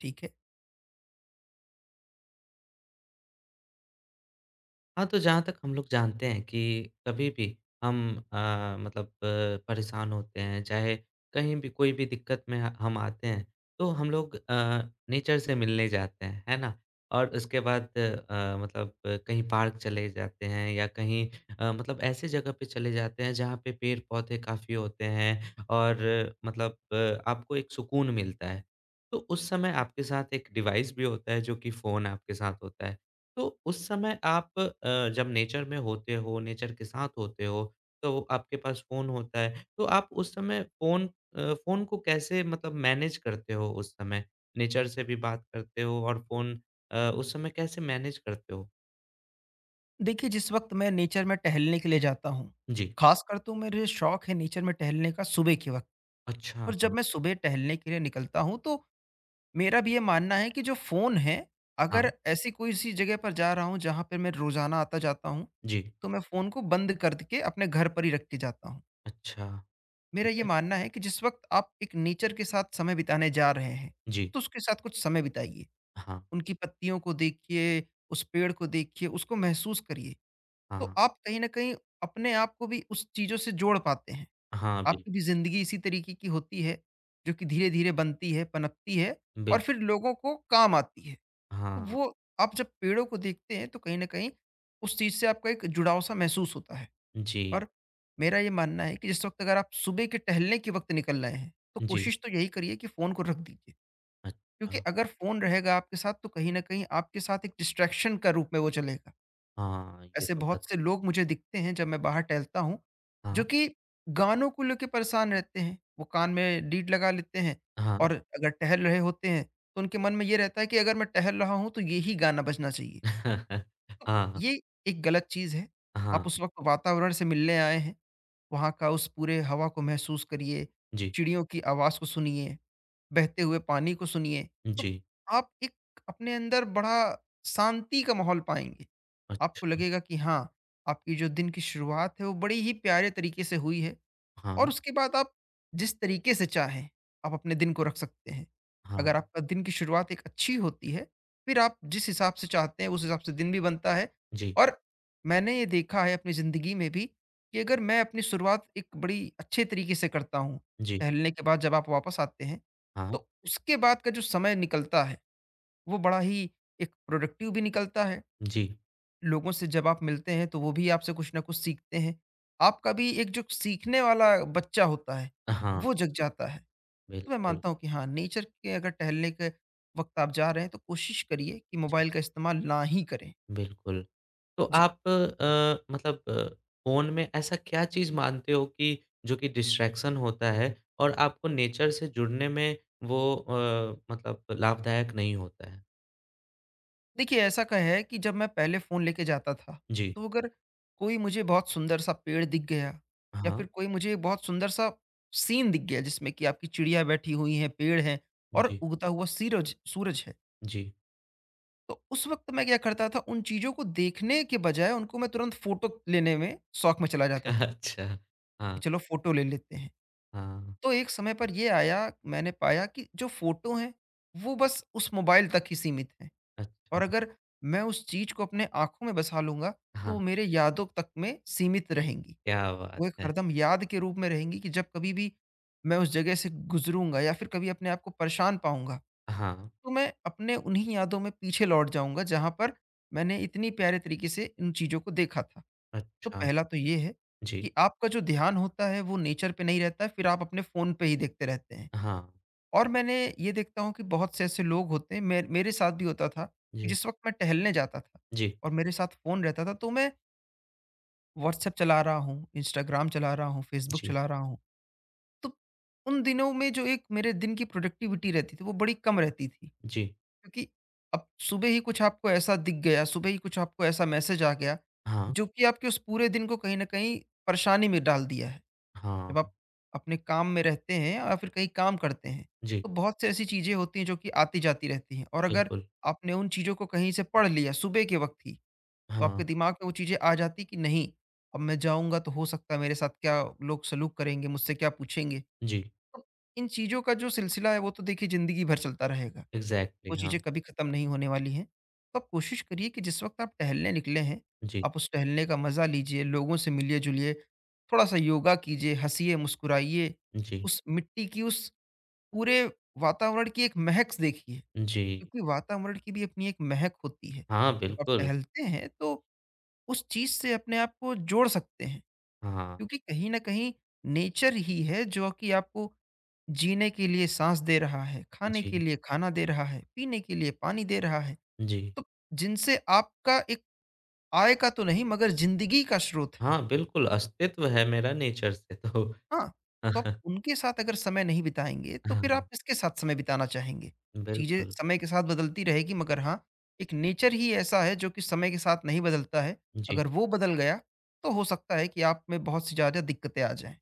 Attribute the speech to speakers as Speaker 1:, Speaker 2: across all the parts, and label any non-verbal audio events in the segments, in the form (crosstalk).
Speaker 1: ठीक है।
Speaker 2: हाँ, तो जहाँ तक हम लोग जानते हैं कि कभी भी हम अ, मतलब परेशान होते हैं, चाहे कहीं भी कोई भी दिक्कत में ह हम आते हैं, तो हम लोग नेचर से मिलने जाते हैं, है ना? और उसके बाद मतलब कहीं पार्क चले जाते हैं या कहीं मतलब ऐसे जगह पे चले जाते हैं जहाँ पे पेड़-पौधे काफ़ी होते हैं और मतलब आपको एक सुकून मिलता है। तो उस समय आपके साथ एक डिवाइस भी होता है जो कि फ़ोन आपके साथ होता है। तो उस समय आप जब नेचर में होते हो, नेचर के साथ होते हो, तो आपके पास फ़ोन होता है, तो आप उस समय फ़ोन को कैसे मतलब मैनेज करते हो उस समय? नेचर से भी बात करते हो और फ़ोन उस समय कैसे मैनेज करते हो?
Speaker 1: देखिए, जिस वक़्त मैं नेचर में टहलने के लिए जाता हूँ,
Speaker 2: जी।
Speaker 1: ख़ासकर तो मेरे शौक है नेचर में टहलने का सुबह के वक़्त।
Speaker 2: अच्छा,
Speaker 1: और जब
Speaker 2: हाँ,
Speaker 1: मैं सुबह टहलने के लिए निकलता हूँ, तो मेरा भी ये मानना है कि जो फ़ोन है, अगर
Speaker 2: हाँ।
Speaker 1: ऐसी कोई-सी जगह पर जा रहा हूँ, जहाँ पे मैं रोज़ाना आता-जाता हूँ,
Speaker 2: जी।
Speaker 1: तो मैं फ़ोन को बंद कर के अपने घर पर ही रख के जाता हूँ।
Speaker 2: अच्छा,
Speaker 1: मेरा
Speaker 2: ठीक
Speaker 1: ये
Speaker 2: है।
Speaker 1: मानना है कि जिस वक़्त आप एक नेचर के साथ समय बिताने जा रहे हैं,
Speaker 2: जी।
Speaker 1: तो उसके साथ कुछ समय बिताइए।
Speaker 2: हाँ,
Speaker 1: उनकी पत्तियों को देखिए, उस पेड़ को देखिए, उसको महसूस करिए।
Speaker 2: हाँ,
Speaker 1: तो
Speaker 2: हाँ।
Speaker 1: आप कहीं न कहीं अपने आप को भी उस चीज़ों से जोड़ पाते हैं।
Speaker 2: हाँ,
Speaker 1: आपकी भी
Speaker 2: बिल्कुल,
Speaker 1: ज़िंदगी इसी तरीके की होती है, जो कि धीरे-धीरे बनती है, पनपती है और
Speaker 2: बिल्कुल।
Speaker 1: फिर लोगों को काम आती है। तो
Speaker 2: हाँ।
Speaker 1: वो, आप जब पेड़ों को देखते हैं तो कहीं न कहीं उस चीज़ से आपका एक जुड़ाव-सा महसूस होता है।
Speaker 2: जी,
Speaker 1: और मेरा ये मानना है कि जिस वक़्त अगर आप सुबह के टहलने के वक़्त निकल रहे हैं, तो
Speaker 2: जी।
Speaker 1: कोशिश तो यही करिए कि फ़ोन को रख दीजिए।
Speaker 2: अच्छा।
Speaker 1: क्योंकि अगर फ़ोन रहेगा आपके साथ तो कहीं न कहीं आपके साथ एक डिस्ट्रैक्शन का रूप में वो चलेगा।
Speaker 2: हाँ, ये
Speaker 1: ऐसे
Speaker 2: तो बात।
Speaker 1: बहुत से लोग मुझे दिखते हैं जब मैं बाहर टहलता हूँ,
Speaker 2: हाँ,
Speaker 1: जो
Speaker 2: हाँ।
Speaker 1: कि गानों को लेके परेशान रहते हैं। वो कान में लीड लगा लेते हैं,
Speaker 2: हाँ,
Speaker 1: और अगर टहल रहे होते हैं, तो उनके मन में ये रहता है कि अगर मैं टहल रहा हूँ, तो यही गाना बजना चाहिए।
Speaker 2: (laughs)
Speaker 1: तो
Speaker 2: हाँ।
Speaker 1: ये एक गलत चीज़ है। आप
Speaker 2: हाँ।
Speaker 1: उस वक़्त वातावरण से मिलने आए हैं, वहाँ का उस पूरे हवा को महसूस करिए,
Speaker 2: जी,
Speaker 1: चिड़ियों की आवाज़ को सुनिए, बहते हुए पानी को सुनिए। तो
Speaker 2: जी।
Speaker 1: आप एक अपने अंदर बड़ा शांति का माहौल पाएँगे।
Speaker 2: अच्छ
Speaker 1: आपको लगेगा कि हाँ, आपकी जो दिन की शुरुआत है वो बड़ी ही प्यारे तरीके से हुई है,
Speaker 2: हाँ,
Speaker 1: और उसके बाद आप जिस तरीके से चाहें, आप अपने दिन को रख सकते हैं।
Speaker 2: हाँ।
Speaker 1: अगर आपका दिन की शुरुआत एक अच्छी होती है, फिर आप जिस हिसाब से चाहते हैं उस हिसाब से दिन भी बनता है।
Speaker 2: जी,
Speaker 1: और मैंने ये देखा है अपनी ज़िंदगी में भी कि अगर मैं अपनी शुरुआत एक बड़ी अच्छे तरीके से करता हूँ,
Speaker 2: जी,
Speaker 1: टहलने के बाद जब आप वापस आते हैं,
Speaker 2: हाँ,
Speaker 1: तो उसके बाद का जो समय निकलता है, वो बड़ा ही एक प्रोडक्टिव भी निकलता है।
Speaker 2: जी।
Speaker 1: लोगों से जब आप मिलते हैं तो वो भी आपसे कुछ ना कुछ सीखते हैं। आपका भी एक जो सीखने वाला बच्चा होता है,
Speaker 2: हाँ,
Speaker 1: वो जग जाता है। तो मैं
Speaker 2: बिल्कुल,
Speaker 1: मानता हूँ कि हाँ, नेचर के अगर टहलने के वक़्त आप जा रहे हैं तो कोशिश करिए कि
Speaker 2: जी,
Speaker 1: मोबाइल का इस्तेमाल ना ही करें।
Speaker 2: बिल्कुल। तो
Speaker 1: जी।
Speaker 2: आप मतलब फ़ोन में ऐसा क्या चीज़ मानते हो कि जो कि डिस्ट्रैक्शन होता है और आपको नेचर से जुड़ने में वो मतलब लाभदायक नहीं होता है?
Speaker 1: देखिए, ऐसा का है कि जब मैं पहले फ़ोन लेके जाता था,
Speaker 2: जी।
Speaker 1: तो अगर कोई मुझे बहुत सुंदर सा पेड़ दिख गया, या फिर
Speaker 2: हाँ,
Speaker 1: कोई मुझे बहुत सुंदर सा सीन दिख गया जिसमें कि आपकी चिड़िया बैठी हुई है, पेड़ है और
Speaker 2: जी,
Speaker 1: उगता हुआ सीरज सूरज है।
Speaker 2: जी।
Speaker 1: तो उस वक़्त मैं क्या करता था, उन चीज़ों को देखने के बजाय उनको मैं तुरंत फ़ोटो लेने में शौक में चला
Speaker 2: (laughs)
Speaker 1: जाता था,
Speaker 2: अच्छा।
Speaker 1: कि
Speaker 2: हाँ,
Speaker 1: चलो फ़ोटो ले लेते हैं।
Speaker 2: हाँ।
Speaker 1: तो एक समय पर ये आया, मैंने पाया कि जो फ़ोटो हैं, वो बस उस मोबाइल तक ही सीमित हैं।
Speaker 2: अच्छा,
Speaker 1: और अगर मैं उस चीज़ को अपने आँखों में बसा लूँगा, तो
Speaker 2: हाँ,
Speaker 1: वो मेरे यादों तक में सीमित रहेंगी।
Speaker 2: क्या बात
Speaker 1: वो एक
Speaker 2: है!
Speaker 1: हरदम याद के रूप में रहेंगी कि जब कभी भी मैं उस जगह से गुज़रूँगा या फिर कभी अपने आप को परेशान पाऊँगा,
Speaker 2: हाँ,
Speaker 1: तो मैं अपने उन्हीं यादों में पीछे लौट जाऊँगा जहाँ पर मैंने इतनी प्यारे तरीके से इन चीज़ों को देखा था। तो
Speaker 2: अच्छा।
Speaker 1: पहला तो ये है
Speaker 2: जी,
Speaker 1: कि आपका जो ध्यान होता है वो नेचर पे नहीं रहता है, फिर आप अपने फ़ोन पे ही देखते रहते हैं।
Speaker 2: हाँ,
Speaker 1: और मैंने ये देखता हूँ कि बहुत से ऐसे लोग होते हैं, मे मेरे साथ भी होता था कि
Speaker 2: जी,
Speaker 1: जिस वक़्त मैं टहलने जाता था
Speaker 2: जी।
Speaker 1: और मेरे साथ फ़ोन रहता था तो मैं व्हाट्सएप चला रहा हूँ, इंस्टाग्राम चला रहा हूँ, फेसबुक
Speaker 2: जी,
Speaker 1: चला रहा हूँ। तो उन दिनों में जो एक मेरे दिन की प्रोडक्टिविटी रहती थी वो बड़ी कम रहती थी।
Speaker 2: जी।
Speaker 1: क्योंकि अब सुबह ही कुछ आपको ऐसा दिख गया, सुबह ही कुछ आपको ऐसा मैसेज आ गया,
Speaker 2: हाँ,
Speaker 1: जो कि आपके उस पूरे दिन को कहीं न कहीं परेशानी में डाल दिया है। जब आप
Speaker 2: हाँ।
Speaker 1: अपने काम में रहते हैं या फिर कहीं काम करते हैं,
Speaker 2: जी,
Speaker 1: तो बहुत सी ऐसी चीज़ें होती हैं जो कि आती-जाती रहती हैं, और अगर
Speaker 2: बिल्कुल।
Speaker 1: आपने उन चीज़ों को कहीं से पढ़ लिया सुबह के वक़्त ही, तो
Speaker 2: हाँ,
Speaker 1: आपके दिमाग में वो चीज़ें आ जाती कि नहीं, अब मैं जाऊँगा तो हो सकता है मेरे साथ क्या लोग सलूक करेंगे, मुझसे क्या पूछेंगे?
Speaker 2: जी,
Speaker 1: तो इन चीज़ों का जो सिलसिला है वो तो देखिए ज़िंदगी भर चलता रहेगा।
Speaker 2: इग्ज़ैक्टली
Speaker 1: वो चीज़ें
Speaker 2: हाँ।
Speaker 1: कभी ख़त्म नहीं होने वाली हैं। तो आप कोशिश करिए कि जिस वक़्त आप टहलने निकले हैं,
Speaker 2: जी,
Speaker 1: आप उस टहलने का मज़ा लीजिए, लोगों से मिलिए-जुलिए, थोड़ा-सा योगा कीजिए, हँसिए, मुस्कुराइए,
Speaker 2: जी,
Speaker 1: उस मिट्टी की, उस पूरे वातावरण की एक महक देखिए,
Speaker 2: जी।
Speaker 1: क्योंकि वातावरण की भी अपनी एक महक होती है।
Speaker 2: हाँ,
Speaker 1: जब आप
Speaker 2: बिल्कुल।
Speaker 1: टहलते हैं, तो उस चीज़ से अपने आप को जोड़ सकते हैं,
Speaker 2: हाँ,
Speaker 1: क्योंकि कहीं न कहीं नेचर ही है जो कि आपको जीने के लिए साँस दे रहा है, खाने के
Speaker 2: जी,
Speaker 1: लिए खाना दे रहा है, पीने के लिए पानी दे रहा है।
Speaker 2: जी।
Speaker 1: तो जिनसे आपका एक आय का तो नहीं मगर ज़िंदगी का स्रोत है।
Speaker 2: हाँ, बिल्कुल अस्तित्व है मेरा नेचर से तो।
Speaker 1: हाँ, तो आप
Speaker 2: (laughs)
Speaker 1: उनके साथ अगर समय नहीं बिताएँगे, तो फिर
Speaker 2: हाँ,
Speaker 1: आप किसके साथ समय बिताना चाहेंगे? चीज़ें
Speaker 2: बिल्कुल।
Speaker 1: समय के साथ बदलती रहेगी मगर हाँ, एक नेचर ही ऐसा है जो कि समय के साथ नहीं बदलता है।
Speaker 2: जी।
Speaker 1: अगर वो बदल गया, तो हो सकता है कि आप में बहुत सी ज़्यादा दिक्कतें आ जाएँ।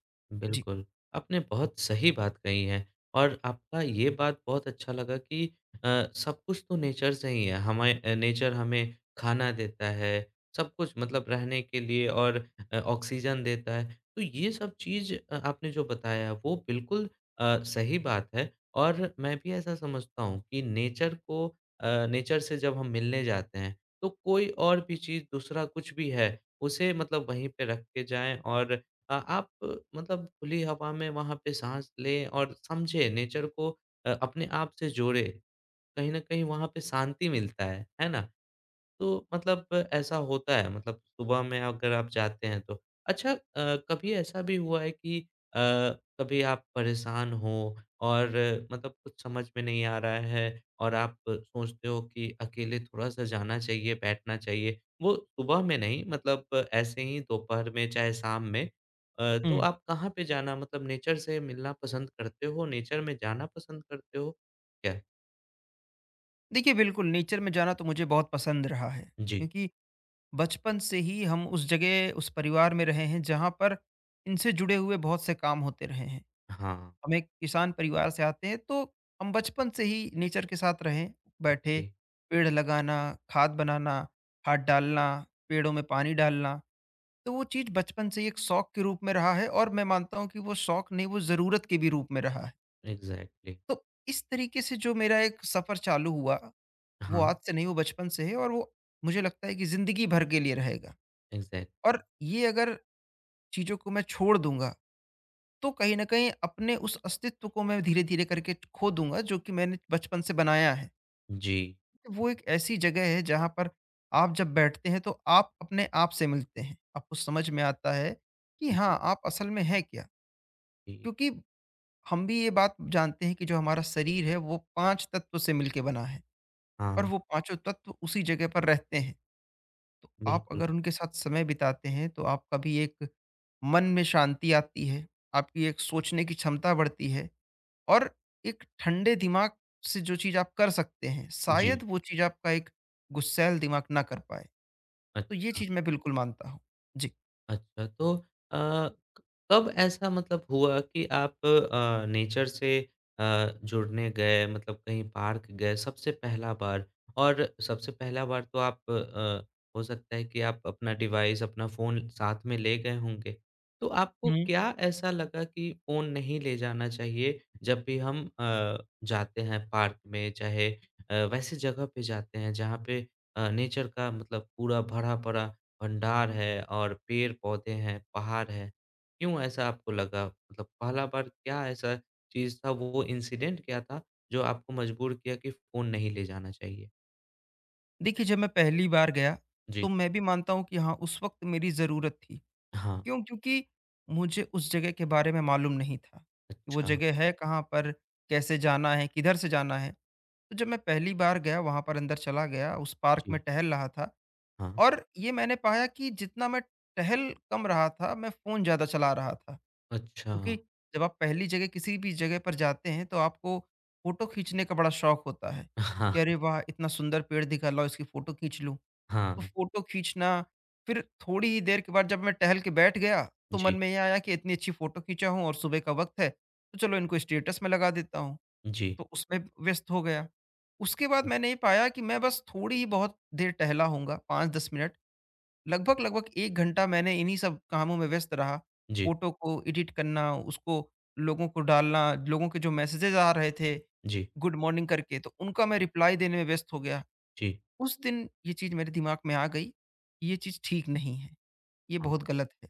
Speaker 1: जी।
Speaker 2: बिल्कुल, आपने बहुत सही बात कही है और आपका ये बात बहुत अच्छा लगा कि अ, सब कुछ तो नेचर से ही है, हमें नेचर हमें खाना देता है, सब कुछ मतलब रहने के लिए और ऑक्सीजन देता है। तो ये सब चीज़ आपने जो बताया वो बिल्कुल सही बात है और मैं भी ऐसा समझता हूँ कि नेचर को अ, नेचर से जब हम मिलने जाते हैं, तो कोई और भी चीज़ दूसरा कुछ भी है, उसे मतलब वहीं पे रख के जाएँ और आप मतलब खुली हवा में वहाँ पे साँस लें और समझें नेचर को अपने आप से जोड़ें। कहीं न कहीं वहाँ पे शांति मिलता है ना? तो मतलब ऐसा होता है मतलब सुबह में अगर आप जाते हैं तो। अच्छा कभी ऐसा भी हुआ है कि अ, कभी आप परेशान हो और मतलब कुछ समझ में नहीं आ रहा है और आप सोचते हो कि अकेले थोड़ा-सा जाना चाहिए, बैठना चाहिए। वो सुबह में नहीं मतलब ऐसे ही दोपहर में चाहे शाम में। तो
Speaker 1: हुँ।
Speaker 2: आप कहाँ पे जाना मतलब नेचर से मिलना पसंद करते हो? नेचर में जाना पसंद करते हो क्या?
Speaker 1: देखिए, बिल्कुल नेचर में जाना तो मुझे बहुत पसंद रहा है,
Speaker 2: जी।
Speaker 1: क्योंकि बचपन से ही हम उस जगह, उस परिवार में रहे हैं जहाँ पर इनसे जुड़े हुए बहुत से काम होते रहे हैं।
Speaker 2: हाँ,
Speaker 1: हम एक किसान परिवार से आते हैं, तो हम बचपन से ही नेचर के साथ रहे, बैठे,
Speaker 2: ओके,
Speaker 1: पेड़ लगाना, खाद बनाना, खाद डालना, पेड़ों में पानी डालना। तो वो चीज़ बचपन से ही एक शौक के रूप में रहा है, और मैं मानता हूँ कि वो शौक नहीं, वो ज़रूरत के भी रूप में रहा है।
Speaker 2: एग्ज़ैक्टली।
Speaker 1: तो इस तरीके से जो मेरा एक सफ़र चालू हुआ, वो आज
Speaker 2: हाँ।
Speaker 1: से नहीं, वो बचपन से है, और वो मुझे लगता है कि ज़िंदगी भर के लिए रहेगा।
Speaker 2: एग्ज़ैक्टली।
Speaker 1: और ये अगर चीज़ों को मैं छोड़ दूंगा, तो कहीं न कहीं अपने उस अस्तित्व को मैं धीरे-धीरे करके खो दूँगा, जो कि मैंने बचपन से बनाया है।
Speaker 2: जी।
Speaker 1: तो वो
Speaker 2: हाँ।
Speaker 1: एक ऐसी जगह है जहाँ पर आप जब बैठते हैं तो आप अपने आप से मिलते हैं। आपको समझ में आता है कि
Speaker 2: जी,
Speaker 1: हाँ, आप असल में हैं क्या?
Speaker 2: जी।
Speaker 1: क्योंकि हम भी ये बात जानते हैं कि जो हमारा शरीर है वो 5 तत्व से मिलके बना है,
Speaker 2: हाँ,
Speaker 1: और वो पाँचों तत्व उसी जगह पर रहते हैं। तो आप
Speaker 2: बिल्कुल।
Speaker 1: अगर उनके साथ समय बिताते हैं तो आपका भी एक मन में शांति आती है, आपकी एक सोचने की क्षमता बढ़ती है। और एक ठंडे दिमाग से जो चीज़ आप कर सकते हैं,
Speaker 2: जी,
Speaker 1: शायद वो चीज़ आपका एक गुस्सैल दिमाग ना कर पाए। तो ये
Speaker 2: अच्छा।
Speaker 1: चीज़ मैं बिल्कुल मानता हूँ। जी।
Speaker 2: अच्छा, तो क कब ऐसा मतलब हुआ कि आप नेचर से अ, जुड़ने गए मतलब कहीं पार्क गए सबसे पहला बार? और सबसे पहला बार तो आप हो सकता है कि आप अपना डिवाइस, अपना फ़ोन साथ में ले गए होंगे। तो आपको
Speaker 1: हुँ।
Speaker 2: क्या ऐसा लगा कि फ़ोन नहीं ले जाना चाहिए जब भी हम जाते हैं पार्क में चाहे वैसी जगह पे जाते हैं जहाँ पे नेचर का मतलब पूरा भरा-पड़ा भंडार है और पेड़-पौधे हैं, पहाड़ है। क्यों ऐसा आपको लगा? मतलब पहला बार क्या ऐसा चीज़ था, वो इंसिडेंट क्या था जो आपको मजबूर किया कि फ़ोन नहीं ले जाना चाहिए?
Speaker 1: देखिए, जब मैं पहली बार गया, तो
Speaker 2: जी।
Speaker 1: मैं भी मानता हूँ कि हाँ, उस वक़्त मेरी ज़रूरत थी।
Speaker 2: हाँ,
Speaker 1: क्यों? क्योंकि मुझे उस जगह के बारे में मालूम नहीं था कि वो
Speaker 2: अच्छा।
Speaker 1: जगह है कहाँ पर, कैसे जाना है, किधर से जाना है। तो जब मैं पहली बार गया, वहाँ पर अंदर चला गया, उस पार्क में
Speaker 2: जी,
Speaker 1: टहल रहा था,
Speaker 2: हाँ।
Speaker 1: और ये मैंने पाया कि जितना मैं टहल कम रहा था, मैं फ़ोन ज़्यादा चला रहा था।
Speaker 2: अच्छा।
Speaker 1: क्योंकि जब आप पहली जगह किसी भी जगह पर जाते हैं, तो आपको फ़ोटो खींचने का बड़ा शौक होता है
Speaker 2: हाँ,
Speaker 1: कि अरे वाह! इतना सुंदर पेड़ दिखा, लाओ इसकी फ़ोटो खींच लूँ। तो
Speaker 2: हाँ।
Speaker 1: फ़ोटो खींचना, फिर थोड़ी ही देर के बाद जब मैं टहल के बैठ गया, तो मन
Speaker 2: जी,
Speaker 1: में ये आया कि इतनी अच्छी फ़ोटो खींचा हूँ और सुबह का वक़्त है, तो चलो इनको स्टेटस में लगा देता हूँ।
Speaker 2: जी,
Speaker 1: तो उसमें व्यस्त हो गया। उसके बाद मैंने ये पाया कि मैं बस थोड़ी ही बहुत देर टहला होऊँगा, 5-10 मिनट। लगभग-लगभग 1 घंटा मैंने इन्हीं सब कामों में व्यस्त रहा।
Speaker 2: जी,
Speaker 1: फ़ोटो को एडिट करना, उसको लोगों को डालना, लोगों के जो मैसेजेज़ आ रहे थे,
Speaker 2: जी,
Speaker 1: गुड मॉर्निंग करके, तो उनका मैं रिप्लाई देने में व्यस्त हो गया।
Speaker 2: जी।
Speaker 1: उस दिन ये चीज़ मेरे दिमाग में आ गई, ये चीज़ ठीक नहीं है, ये
Speaker 2: हाँ,
Speaker 1: बहुत गलत है।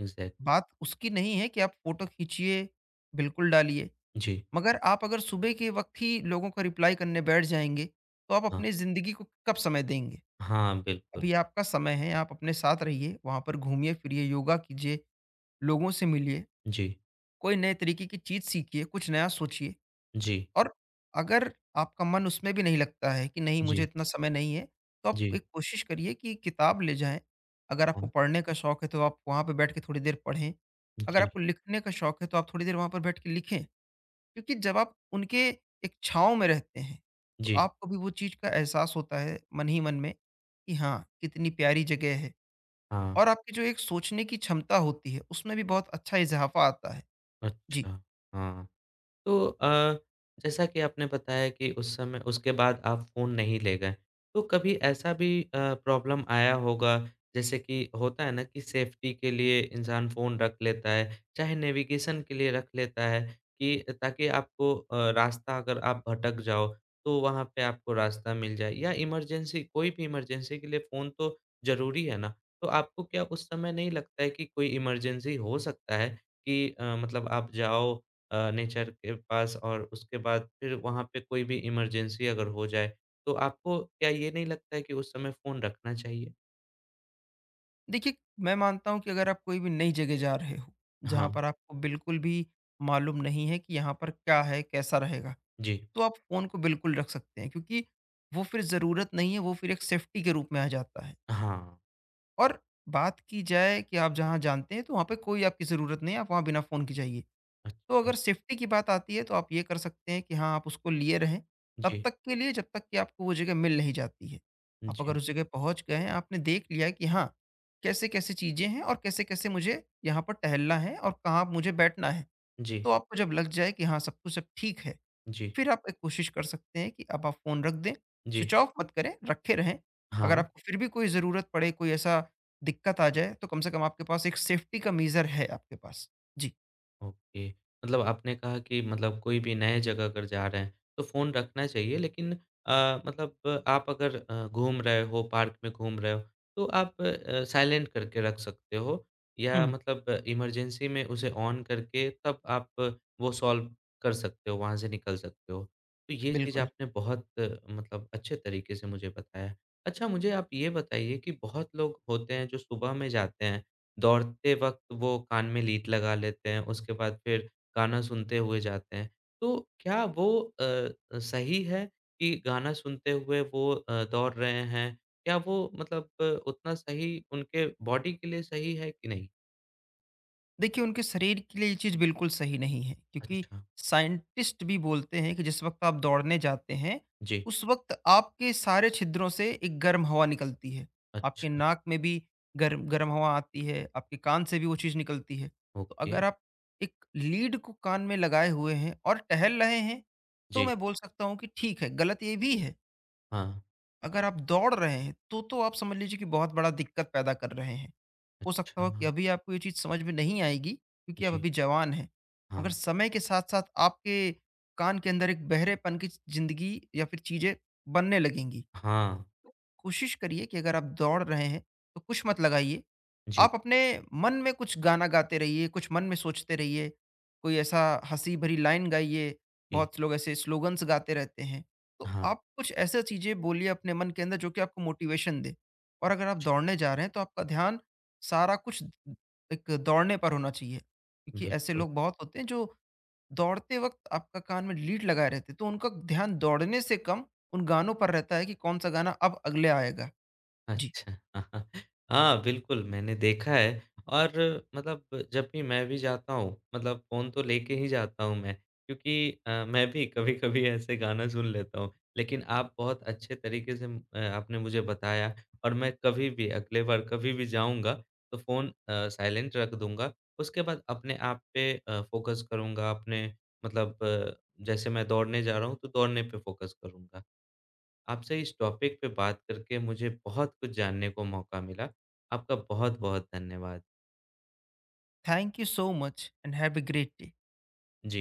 Speaker 2: एग्ज़ैक्ट।
Speaker 1: बात उसकी नहीं है कि आप फ़ोटो खींचिए, बिल्कुल डालिए,
Speaker 2: जी,
Speaker 1: मगर आप अगर सुबह के वक़्त ही लोगों का रिप्लाई करने बैठ जाएँगे, तो आप
Speaker 2: हाँ।
Speaker 1: अपनी ज़िंदगी को कब समय देंगे?
Speaker 2: हाँ, बिल्कुल।
Speaker 1: अभी आपका समय है, आप अपने साथ रहिए, वहाँ पर घूमिए-फिरिए, योगा कीजिए, लोगों से मिलिए,
Speaker 2: जी,
Speaker 1: कोई नए तरीके की चीज़ सीखिए, कुछ नया सोचिए
Speaker 2: जी,
Speaker 1: और अगर आपका मन उसमें भी नहीं लगता है कि नहीं मुझे
Speaker 2: जी,
Speaker 1: इतना समय नहीं है, तो आप
Speaker 2: जी,
Speaker 1: एक कोशिश करिए कि किताब ले जाएँ। अगर आपको
Speaker 2: हाँ।
Speaker 1: पढ़ने का शौक है, तो आप वहाँ पे बैठ के थोड़ी देर पढ़ें। अगर
Speaker 2: जी,
Speaker 1: आपको लिखने का शौक है, तो आप थोड़ी देर वहाँ पर बैठ के लिखें, क्योंकि जब आप उनके एक छाँव में रहते हैं, तो
Speaker 2: जी,
Speaker 1: आपको भी वो चीज़ का एहसास होता है मन ही मन में कि हाँ, कितनी प्यारी जगह है।
Speaker 2: हाँ।
Speaker 1: और आपकी जो एक सोचने की क्षमता होती है, उसमें भी बहुत अच्छा इज़ाफ़ा आता है। जी,
Speaker 2: अच्छा, हाँ। तो जैसा कि आपने बताया कि उस समय उसके बाद आप फ़ोन नहीं ले गए। तो कभी ऐसा भी प्रॉब्लम आया होगा जैसे कि होता है ना कि सेफ्टी के लिए इंसान फ़ोन रख लेता है, चाहे नेविगेशन के लिए रख लेता है कि ताकि आपको रास्ता अगर आप भटक जाओ तो वहाँ पे आपको रास्ता मिल जाए या इमरजेंसी कोई भी इमरजेंसी के लिए फ़ोन तो ज़रूरी है ना। तो आपको क्या उस समय नहीं लगता है कि कोई इमरजेंसी हो सकता है कि मतलब आप जाओ नेचर के पास और उसके बाद फिर वहाँ पे कोई भी इमरजेंसी अगर हो जाए, तो आपको क्या ये नहीं लगता है कि उस समय फ़ोन रखना चाहिए?
Speaker 1: देखिए मैं मानता हूँ कि अगर आप कोई भी नई जगह जा रहे हो, जहाँ
Speaker 2: हाँ,
Speaker 1: पर आपको बिल्कुल भी मालूम नहीं है कि यहाँ पर क्या है, कैसा रहेगा,
Speaker 2: जी।
Speaker 1: तो आप फ़ोन को बिल्कुल रख सकते हैं क्योंकि वो फिर ज़रूरत नहीं है, वो फिर एक सेफ्टी के रूप में आ जाता है।
Speaker 2: हाँ,
Speaker 1: और बात की जाए कि आप जहाँ जानते हैं, तो वहाँ पे कोई आपकी ज़रूरत नहीं है, आप वहाँ बिना फ़ोन के जाइए। तो
Speaker 2: अच्छा।
Speaker 1: अगर सेफ्टी की बात आती है, तो आप ये कर सकते हैं कि हाँ, आप उसको लिए रहें तब
Speaker 2: जी,
Speaker 1: तक के लिए जब तक कि आपको वो जगह मिल नहीं जाती है। आप अगर
Speaker 2: जी,
Speaker 1: उस जगह पहुंच गए हैं, आपने देख लिया है कि हाँ, कैसे कैसे चीज़ें हैं और कैसे कैसे मुझे यहाँ पर टहलना है और कहाँ मुझे बैठना है,
Speaker 2: जी,
Speaker 1: तो आपको जब लग जाए कि हाँ, सब कुछ सब ठीक है,
Speaker 2: जी,
Speaker 1: फिर आप एक कोशिश कर सकते हैं कि अब आप फ़ोन रख दें। स्विच
Speaker 2: जी,
Speaker 1: ऑफ मत करें, रखे रहें।
Speaker 2: हाँ।
Speaker 1: अगर आपको फिर भी कोई ज़रूरत पड़े, कोई ऐसा दिक्कत आ जाए, तो कम से कम आपके पास एक सेफ्टी का मीज़र है आपके पास। जी।
Speaker 2: ओके। मतलब आपने कहा कि मतलब कोई भी नए जगह अगर जा रहे हैं, तो फ़ोन रखना चाहिए लेकिन मतलब आप अगर घूम रहे हो, पार्क में घूम रहे हो, तो आप साइलेंट करके रख सकते हो या
Speaker 1: हम्म।
Speaker 2: मतलब इमरजेंसी में उसे ऑन करके तब आप वो सॉल्व कर सकते हो, वहाँ से निकल सकते हो। तो ये चीज़
Speaker 1: बिल्कुल।
Speaker 2: आपने बहुत मतलब अच्छे तरीके से मुझे बताया। अच्छा, मुझे आप ये बताइए कि बहुत लोग होते हैं जो सुबह में जाते हैं दौड़ते वक़्त वो कान में लीड लगा लेते हैं, उसके बाद फिर गाना सुनते हुए जाते हैं। तो क्या वो अ सही है कि गाना सुनते हुए वो दौड़ रहे हैं? क्या वो मतलब उतना सही उनके बॉडी के लिए सही है कि नहीं?
Speaker 1: देखिए उनके शरीर के लिए ये चीज़ बिल्कुल सही नहीं है क्योंकि
Speaker 2: अच्छा,
Speaker 1: साइंटिस्ट भी बोलते हैं कि जिस वक्त आप दौड़ने जाते हैं,
Speaker 2: जी।
Speaker 1: उस वक्त आपके सारे छिद्रों से एक गर्म हवा निकलती है, आपके
Speaker 2: अच्छा,
Speaker 1: नाक में भी गर्म गर्म हवा आती है, आपके कान से भी वो चीज़ निकलती है। तो
Speaker 2: ओके,
Speaker 1: अगर आप एक लीड को कान में लगाए हुए हैं और टहल रहे हैं, तो
Speaker 2: जी।
Speaker 1: मैं बोल सकता हूँ कि ठीक है, गलत ये भी है।
Speaker 2: हाँ,
Speaker 1: अगर आप दौड़ रहे हैं, तो आप समझ लीजिए कि बहुत बड़ा दिक्कत पैदा कर रहे हैं। हो सकता
Speaker 2: अच्छा,
Speaker 1: हो कि अभी आपको ये चीज़ समझ में नहीं आएगी क्योंकि आप
Speaker 2: जी,
Speaker 1: अभी जवान हैं। मगर
Speaker 2: हाँ।
Speaker 1: समय के साथ-साथ आपके कान के अंदर एक बहरेपन की ज़िंदगी या फिर चीज़ें बनने लगेंगी।
Speaker 2: हाँ,
Speaker 1: कोशिश करिए कि अगर आप दौड़ रहे हैं, तो कुछ मत लगाइए।
Speaker 2: जी,
Speaker 1: आप अपने मन में कुछ गाना गाते रहिए, कुछ मन में सोचते रहिए। कोई ऐसा हँसी भरी लाइन गाइए,
Speaker 2: जी।
Speaker 1: बहुत लोग ऐसे स्लोगन्स गाते रहते हैं। तो
Speaker 2: हाँ,
Speaker 1: आप कुछ ऐसा चीज़ें बोलिए अपने मन के अंदर जो कि आपको मोटिवेशन दे। और अगर आप दौड़ने जा रहे हैं, तो आपका ध्यान सारा कुछ एक दौड़ने पर होना चाहिए। क्योंकि ऐसे
Speaker 2: बिल्कुल।
Speaker 1: लोग बहुत होते हैं जो दौड़ते वक़्त आपका कान में लीड लगाए रहते, तो उनका ध्यान दौड़ने से कम उन गानों पर रहता है कि कौन-सा गाना अब अगले आएगा। जी,
Speaker 2: अच्छा। (laughs) हाँ, बिल्कुल मैंने देखा है और मतलब जब भी मैं भी जाता हूँ, मतलब फ़ोन तो लेके ही जाता हूँ मैं क्योंकि मैं भी कभी-कभी ऐसे गाना सुन लेता हूँ। लेकिन आप बहुत अच्छे तरीके से आपने मुझे बताया और मैं कभी भी अगले बार कभी भी जाऊँगा तो फ़ोन साइलेंट रख दूँगा। उसके बाद अपने आप पे फ़ोकस करूँगा, अपने मतलब जैसे मैं दौड़ने जा रहा हूँ तो दौड़ने पे फ़ोकस करूँगा। आपसे इस टॉपिक पे बात करके मुझे बहुत कुछ जानने को मौका मिला। आपका बहुत-बहुत धन्यवाद।
Speaker 1: Thank you so much and have a great day.
Speaker 2: Ji.